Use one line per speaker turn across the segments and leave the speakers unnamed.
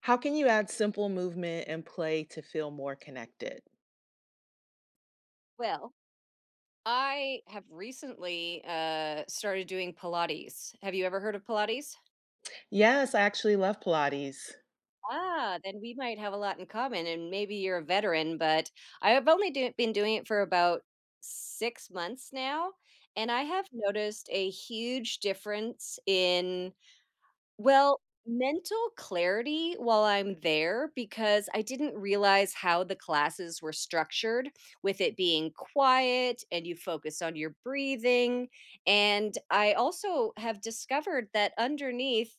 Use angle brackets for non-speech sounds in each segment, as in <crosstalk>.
How can you add simple movement and play to feel more connected?
Well, I have recently started doing Pilates. Have you ever heard of Pilates?
Yes, I actually love Pilates.
Ah, then we might have a lot in common, and maybe you're a veteran, but I have only been doing it for about 6 months now, and I have noticed a huge difference in, well, mental clarity while I'm there because I didn't realize how the classes were structured with it being quiet and you focus on your breathing. And I also have discovered that underneath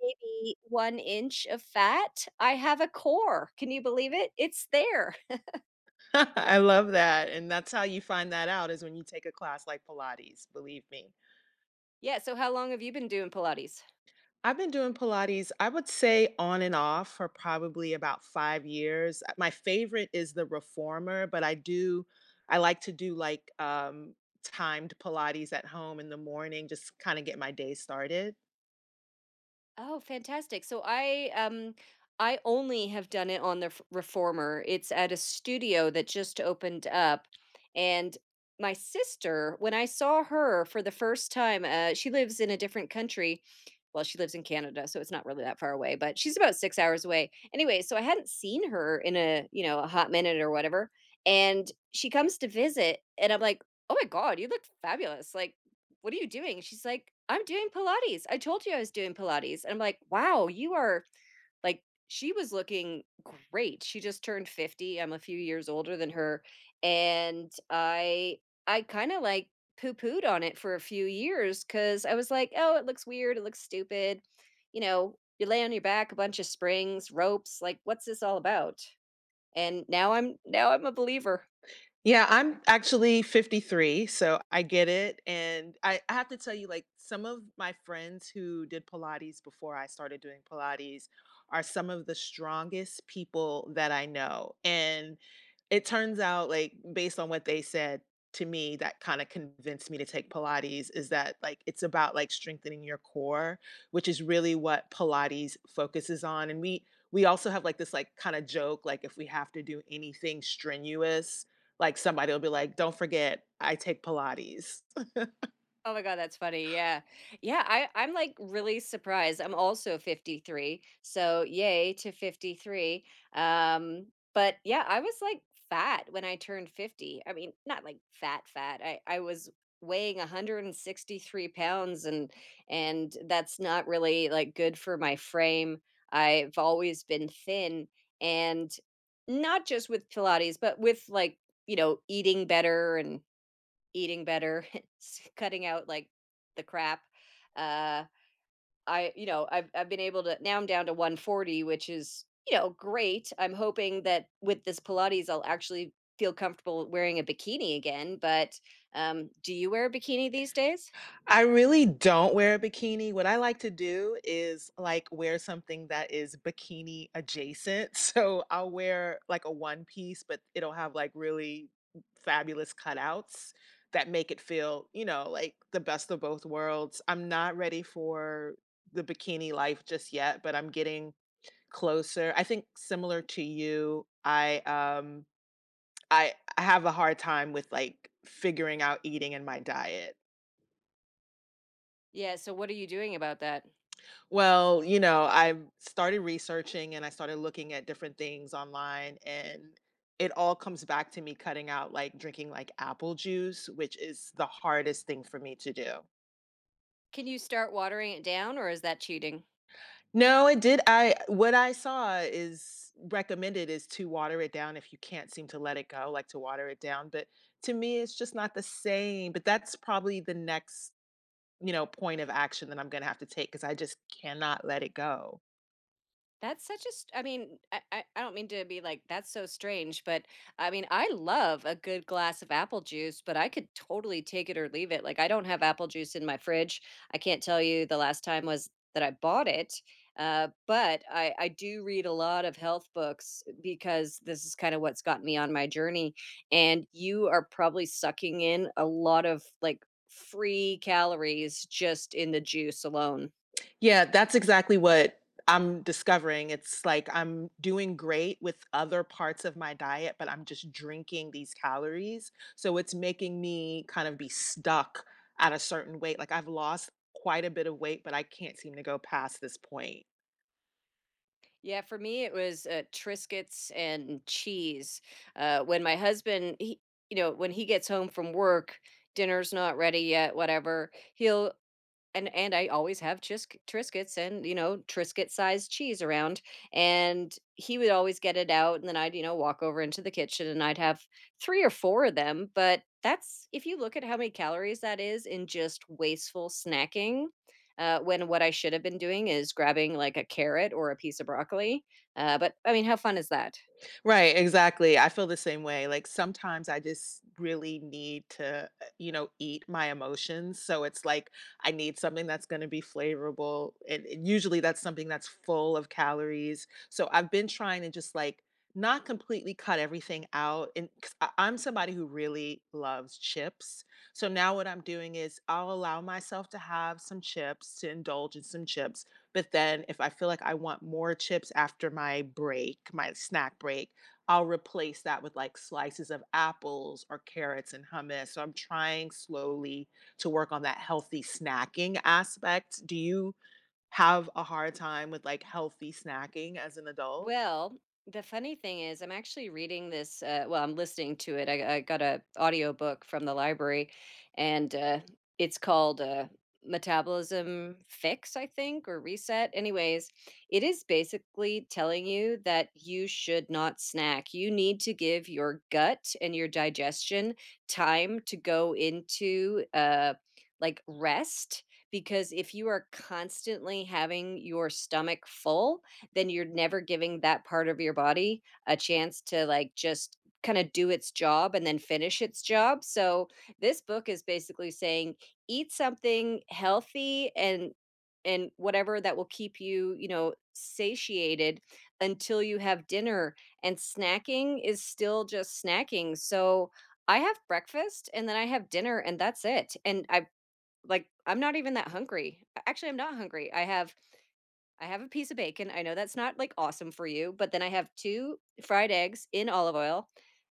maybe 1 inch of fat, I have a core. Can you believe it? It's there. <laughs>
<laughs> I love that. And that's how you find that out is when you take a class like Pilates, believe me.
Yeah. So, how long have you been doing Pilates?
I've been doing Pilates, I would say on and off for probably about 5 years. My favorite is the reformer, but I like to do like timed Pilates at home in the morning, just kind of get my day started.
Oh, fantastic. So I only have done it on the reformer. It's at a studio that just opened up and my sister, when I saw her for the first time, she lives in a different country. Well, she lives in Canada, so it's not really that far away, but she's about 6 hours away. Anyway, so I hadn't seen her in a you know a hot minute or whatever, and she comes to visit, and I'm like, "Oh my god, you look fabulous!" Like what are you doing? She's like, I'm doing Pilates. I told you I was doing Pilates. And I'm like, wow, like, she was looking great. She just turned 50. I'm a few years older than her. And I kind of like poo pooed on it for a few years because I was like, oh, it looks weird. It looks stupid. You know, you lay on your back, a bunch of springs, ropes. Like, what's this all about? And now I'm a believer.
Yeah, I'm actually 53, so I get it. And I have to tell you, like, some of my friends who did Pilates before I started doing Pilates are some of the strongest people that I know. And it turns out, like, based on what they said to me, that kind of convinced me to take Pilates is that, like, it's about like strengthening your core, which is really what Pilates focuses on. We also have like this like kind of joke like if we have to do anything strenuous like somebody will be like, "Don't forget, I take Pilates."
Oh my god, that's funny. Yeah. Yeah, I'm like really surprised. I'm also 53. So, yay to 53. Um but yeah, I was like fat when I turned 50. I mean, not like fat fat. I was weighing 163 pounds and that's not really like good for my frame. I've always been thin and not just with pilates, but with like, eating better and eating better, <laughs> cutting out like the crap. Uh, I've been able to. Now I'm down to 140, which is great. I'm hoping that with this Pilates, I'll actually feel comfortable wearing a bikini again. But do you wear a bikini these days?
I really don't wear a bikini. What I like to do is like wear something that is bikini adjacent. <laughs> So I'll wear like a one piece, but it'll have like really fabulous cutouts that make it feel, you know, like the best of both worlds. I'm not ready for the bikini life just yet, but I'm getting closer. I think similar to you, I have a hard time with like figuring out eating in my diet.
Yeah. So what are you doing about that?
Well, you know, I started researching and I started looking at different things online and it all comes back to me cutting out like drinking like apple juice, which is the hardest thing for me to do.
Can you start watering it down, or is that cheating?
No, it did I what I saw is recommended is to water it down if you can't seem to let it go, like to water it down, but to me it's just not the same, but that's probably the next you know, point of action that I'm gonna have to take because I just cannot let it go.
That's such a I mean, I don't mean to be like that's so strange, but I mean, I love a good glass of apple juice, but I could totally take it or leave it. Like I don't have apple juice in my fridge. I can't tell you the last time was that I bought it. But I do read a lot of health books because this is kind of what's gotten me on my journey. And you are probably sucking in a lot of like free calories just in the juice alone.
Yeah, that's exactly what I'm discovering. It's like I'm doing great with other parts of my diet, but I'm just drinking these calories. So it's making me kind of be stuck at a certain weight. Like I've lost quite a bit of weight, but I can't seem to go past this point.
Yeah, for me, it was Triscuits and cheese. When my husband, when he gets home from work, dinner's not ready yet, whatever, he'll and I always have Triscuits and, Triscuit-sized cheese around, and he would always get it out, and then I'd, walk over into the kitchen, and I'd have 3 or 4 of them, but that's if you look at how many calories that is in just wasteful snacking, when what I should have been doing is grabbing, like, a carrot or a piece of broccoli, but, I mean, how fun is that?
Right, exactly. I feel the same way. Like sometimes I just really need to, you know, eat my emotions. So it's like I need something that's going to be flavorful, and usually that's something that's full of calories. So I've been trying to just like not completely cut everything out. And cause I, I'm somebody who really loves chips. So now what I'm doing is I'll allow myself to have some chips, to indulge in some chips. But then if I feel like I want more chips after my break, my snack break, I'll replace that with like slices of apples or carrots and hummus. So I'm trying slowly to work on that healthy snacking aspect. Do you have a hard time with like healthy snacking as an adult?
Well, the funny thing is I'm actually reading this, well, I'm listening to it. I got a audiobook from the library and it's called Metabolism Fix, I think, or Reset. Anyways, it is basically telling you that you should not snack. You need to give your gut and your digestion time to go into like rest because if you are constantly having your stomach full, then you're never giving that part of your body a chance to like just kind of do its job and then finish its job. So this book is basically saying eat something healthy and whatever that will keep you, satiated until you have dinner and snacking is still just snacking. So I have breakfast and then I have dinner and that's it. And I like I'm not even that hungry. Actually, I'm not hungry. I have a piece of bacon. I know that's not like awesome for you, but then I have 2 fried eggs in olive oil.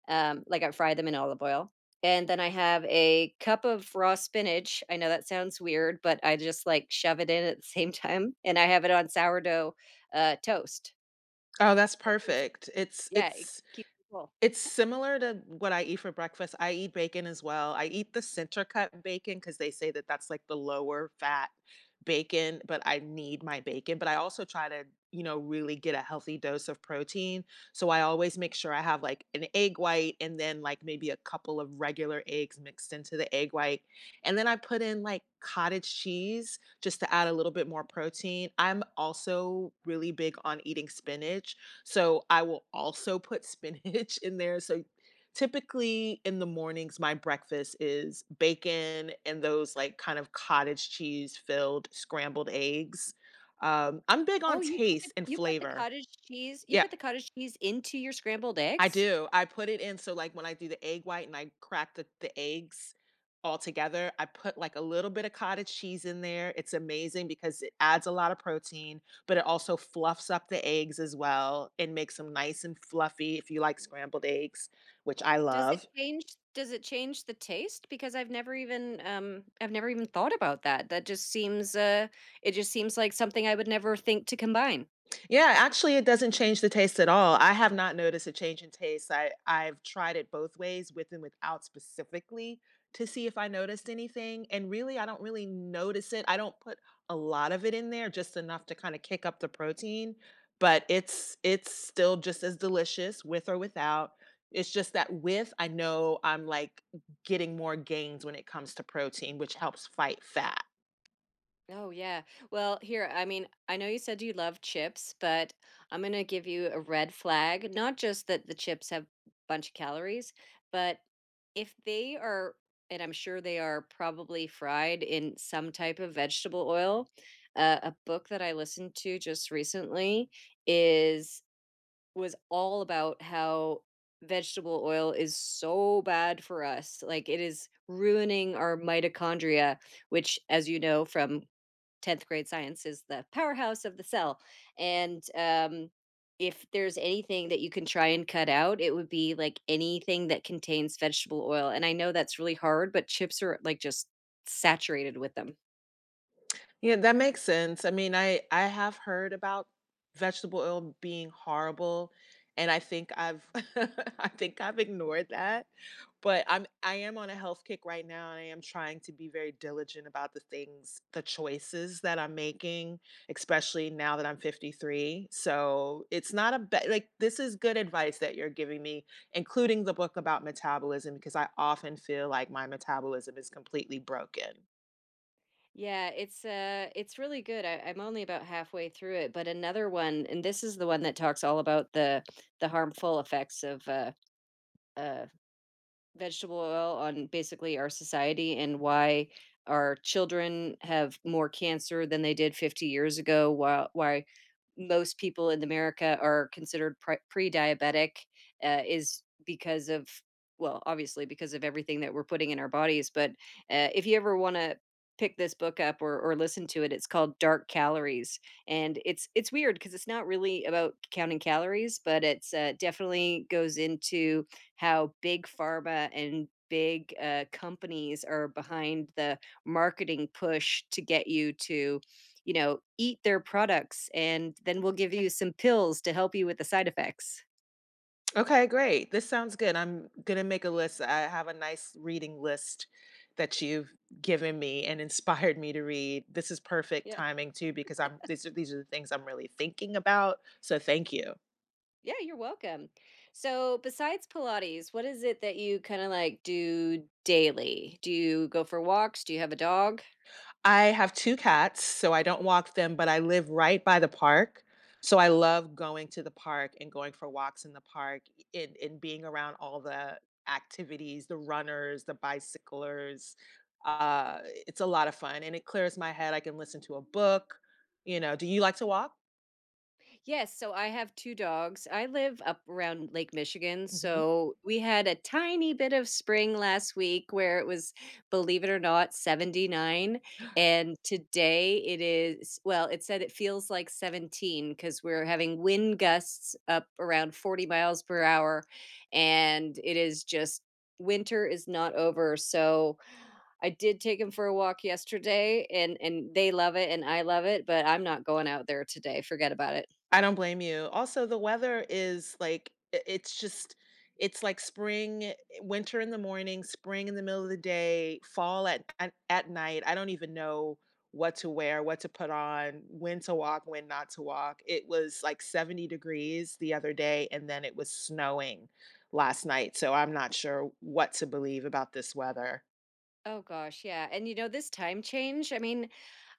Like I fry them in olive oil. And then I have a cup of raw spinach. I know that sounds weird, but I just like shove it in at the same <laughs> time and I have it on sourdough, toast.
Oh, that's
It keeps
perfect. It's
yeah, it
it's
keeps me full.
It's similar to what I eat for breakfast. I eat bacon as well. I eat the center cut bacon because they say that that's like the lower fat bacon, but I need my bacon. But I also try to, you know, really get a healthy dose of protein. So I always make sure I have like an egg white and then like maybe a couple of regular eggs mixed into the egg white. And then I put in like cottage cheese just to add a little bit more protein. I'm also really big on eating spinach. So I will also put spinach <laughs> in there. So typically in the mornings, my breakfast is bacon and those like kind of cottage cheese filled scrambled eggs. I'm big on
Oh,
taste and flavor.
you
Yeah,
put the cottage cheese into your scrambled
I
eggs?
do. I put it in so like when I do the egg white and I crack the eggs all together, I put like a little bit of cottage cheese in there. It's amazing because it adds a lot of protein, but it also fluffs up the eggs as well and makes them nice and fluffy if you like scrambled eggs, which I
Does it
love.
change does it change the taste? Because I've never even thought about that. It just seems like something I would never think to combine.
Yeah, actually, it doesn't change the taste at all. I have not noticed a change in taste. I've tried it both ways, with and without, specifically to see if I noticed anything. And really, I don't really notice it. I don't put a lot of it in there, just enough to kind of kick up the protein. But it's still just as delicious with or without. It's just that with, I know I'm like getting more gains when it comes to protein, which helps fight fat.
Oh, yeah. Well, here, I mean, I know you said you love chips, but I'm gonna give you a red flag. Not just that the chips have bunch of calories, but if they are, and I'm sure they are, probably fried in some type of vegetable oil. A book that I listened to just recently is was all about how vegetable oil is so bad for us. Like it is ruining our mitochondria, which, as you know from 10th grade science, is the powerhouse of the cell. And if there's anything that you can try and cut out, it would be like anything that contains vegetable oil. And I know that's really hard, but chips are like just saturated with them.
Yeah, that makes sense. I mean, I have heard about vegetable oil being horrible, and I think I've <laughs> I think I've ignored that. But I am on a health kick right now, and I am trying to be very diligent about the things, the choices that I'm making, especially now that I'm 53. So it's not a bad like this is good advice that you're giving me including the book about metabolism, because I often feel like my metabolism is completely broken.
Yeah, it's really good. I'm only about halfway through it, but another one, and this is the one that talks all about the harmful effects of uh vegetable oil on basically our society and why our children have more cancer than they did 50 years ago, why most people in America are considered pre-diabetic, is because of, well, obviously because of everything that we're putting in our bodies. But if you ever want to pick this book up or listen to it, it's called Dark Calories, and it's weird because it's not really about counting calories, but it's definitely goes into how big pharma and big companies are behind the marketing push to get you to eat their products and then we'll give you some pills to help you with the side effects.
Okay, great. This sounds good. I'm gonna make a list. I have a nice reading list that you've given me and <laughs> inspired me to read. This is perfect
Yeah,
timing too because I'm these are the things I'm really thinking about. So thank you.
yeah, you're welcome. So besides Pilates, what is it that you kind of like do daily? Do you go for walks? Do you have a dog?
I have 2 cats, so I don't walk them, but I live right by the park, so I love going to the park and going for walks in the park and being around all the activities, the runners, the bicyclers. Uh, it's a lot of fun, and it clears my head, I can listen to a book, you know. Do you like to walk?
Yes, so I have 2 dogs. I live up around Lake Michigan,
Mhm.
so we had a tiny bit of spring last week where it was, believe it or not, 79, and today it is, well, it said it feels like 17 because 'cause we're having wind gusts up around 40 miles per hour, and it is just winter is not over, so I did take 'em for a walk yesterday, and they love it and I love it, but I'm not going out there today, forget about it.
I don't blame you. Also, the weather is like I it's just it's like spring, eh, winter in the morning, spring in the middle of the day, fall at night. I don't even know what to wear, what to put on, when to walk, when not to walk. It was like 70 degrees the other day and then it was snowing last night. So I'm not sure what to believe about this weather.
Oh gosh, yeah. And you know, this time change, I mean,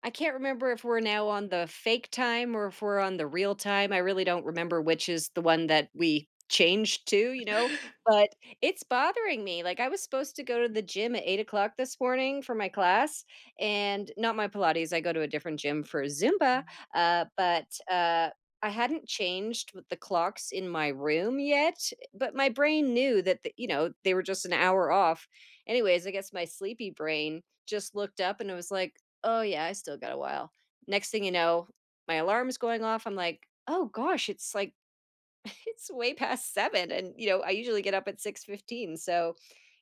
I can't remember if we're now on the fake time or if we're on the real time. I really don't remember which is the one that we changed to, you know,
<laughs>
but it's bothering me. Like I was supposed to go to the gym at 8 o'clock this morning for my class and not my Pilates. I go to a different gym for Zumba. But I hadn't changed with the clocks in my room yet, but my brain knew that they were just an hour off. Anyways, I guess my sleepy brain just looked up and it was like, oh, yeah, I still got a while. Next thing you know, my alarm's going off, I'm like, "Oh gosh, it's like <laughs> it's way past 7," and, you know, I usually get up at 6:15, so,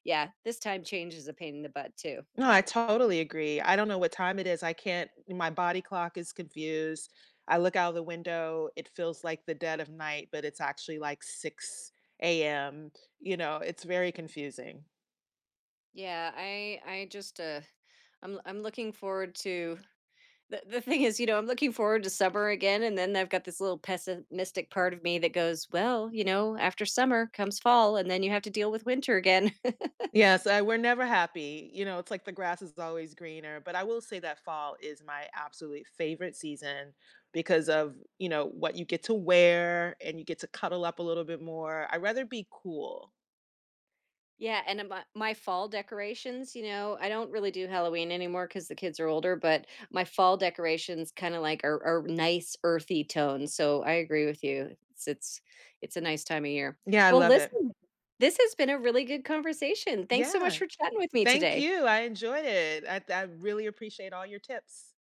yeah, this time change is a pain in the butt too.
No, I totally agree. I don't know what time it is. I can't My body clock is confused. I look out of the window, it feels like the dead of night, but it's actually like 6 AM. You know, it's very confusing.
Yeah, I just. Uh, I'm I'm looking forward to the the thing is, I'm looking forward to summer again, and then I've got this little pessimistic part of me that goes, "Well, you know, after summer comes fall, and then you have to deal with winter again."
Yes, I, we're never happy. You know, it's like the grass is always greener. But I will say that fall is my absolute favorite season because of, you know, what you get to wear and you get to cuddle up a little bit more. I'd rather be cool.
Yeah, and my fall decorations, I don't really do Halloween anymore because the kids are older, but my fall decorations kind of like are nice earthy tones. So I agree with you. It's a nice time of year.
Yeah, I
Well,
love it.
listen, this has been a really good conversation. Thanks so much
Yeah.
for chatting with me
Thank
today.
you. I enjoyed it. I really appreciate all your tips.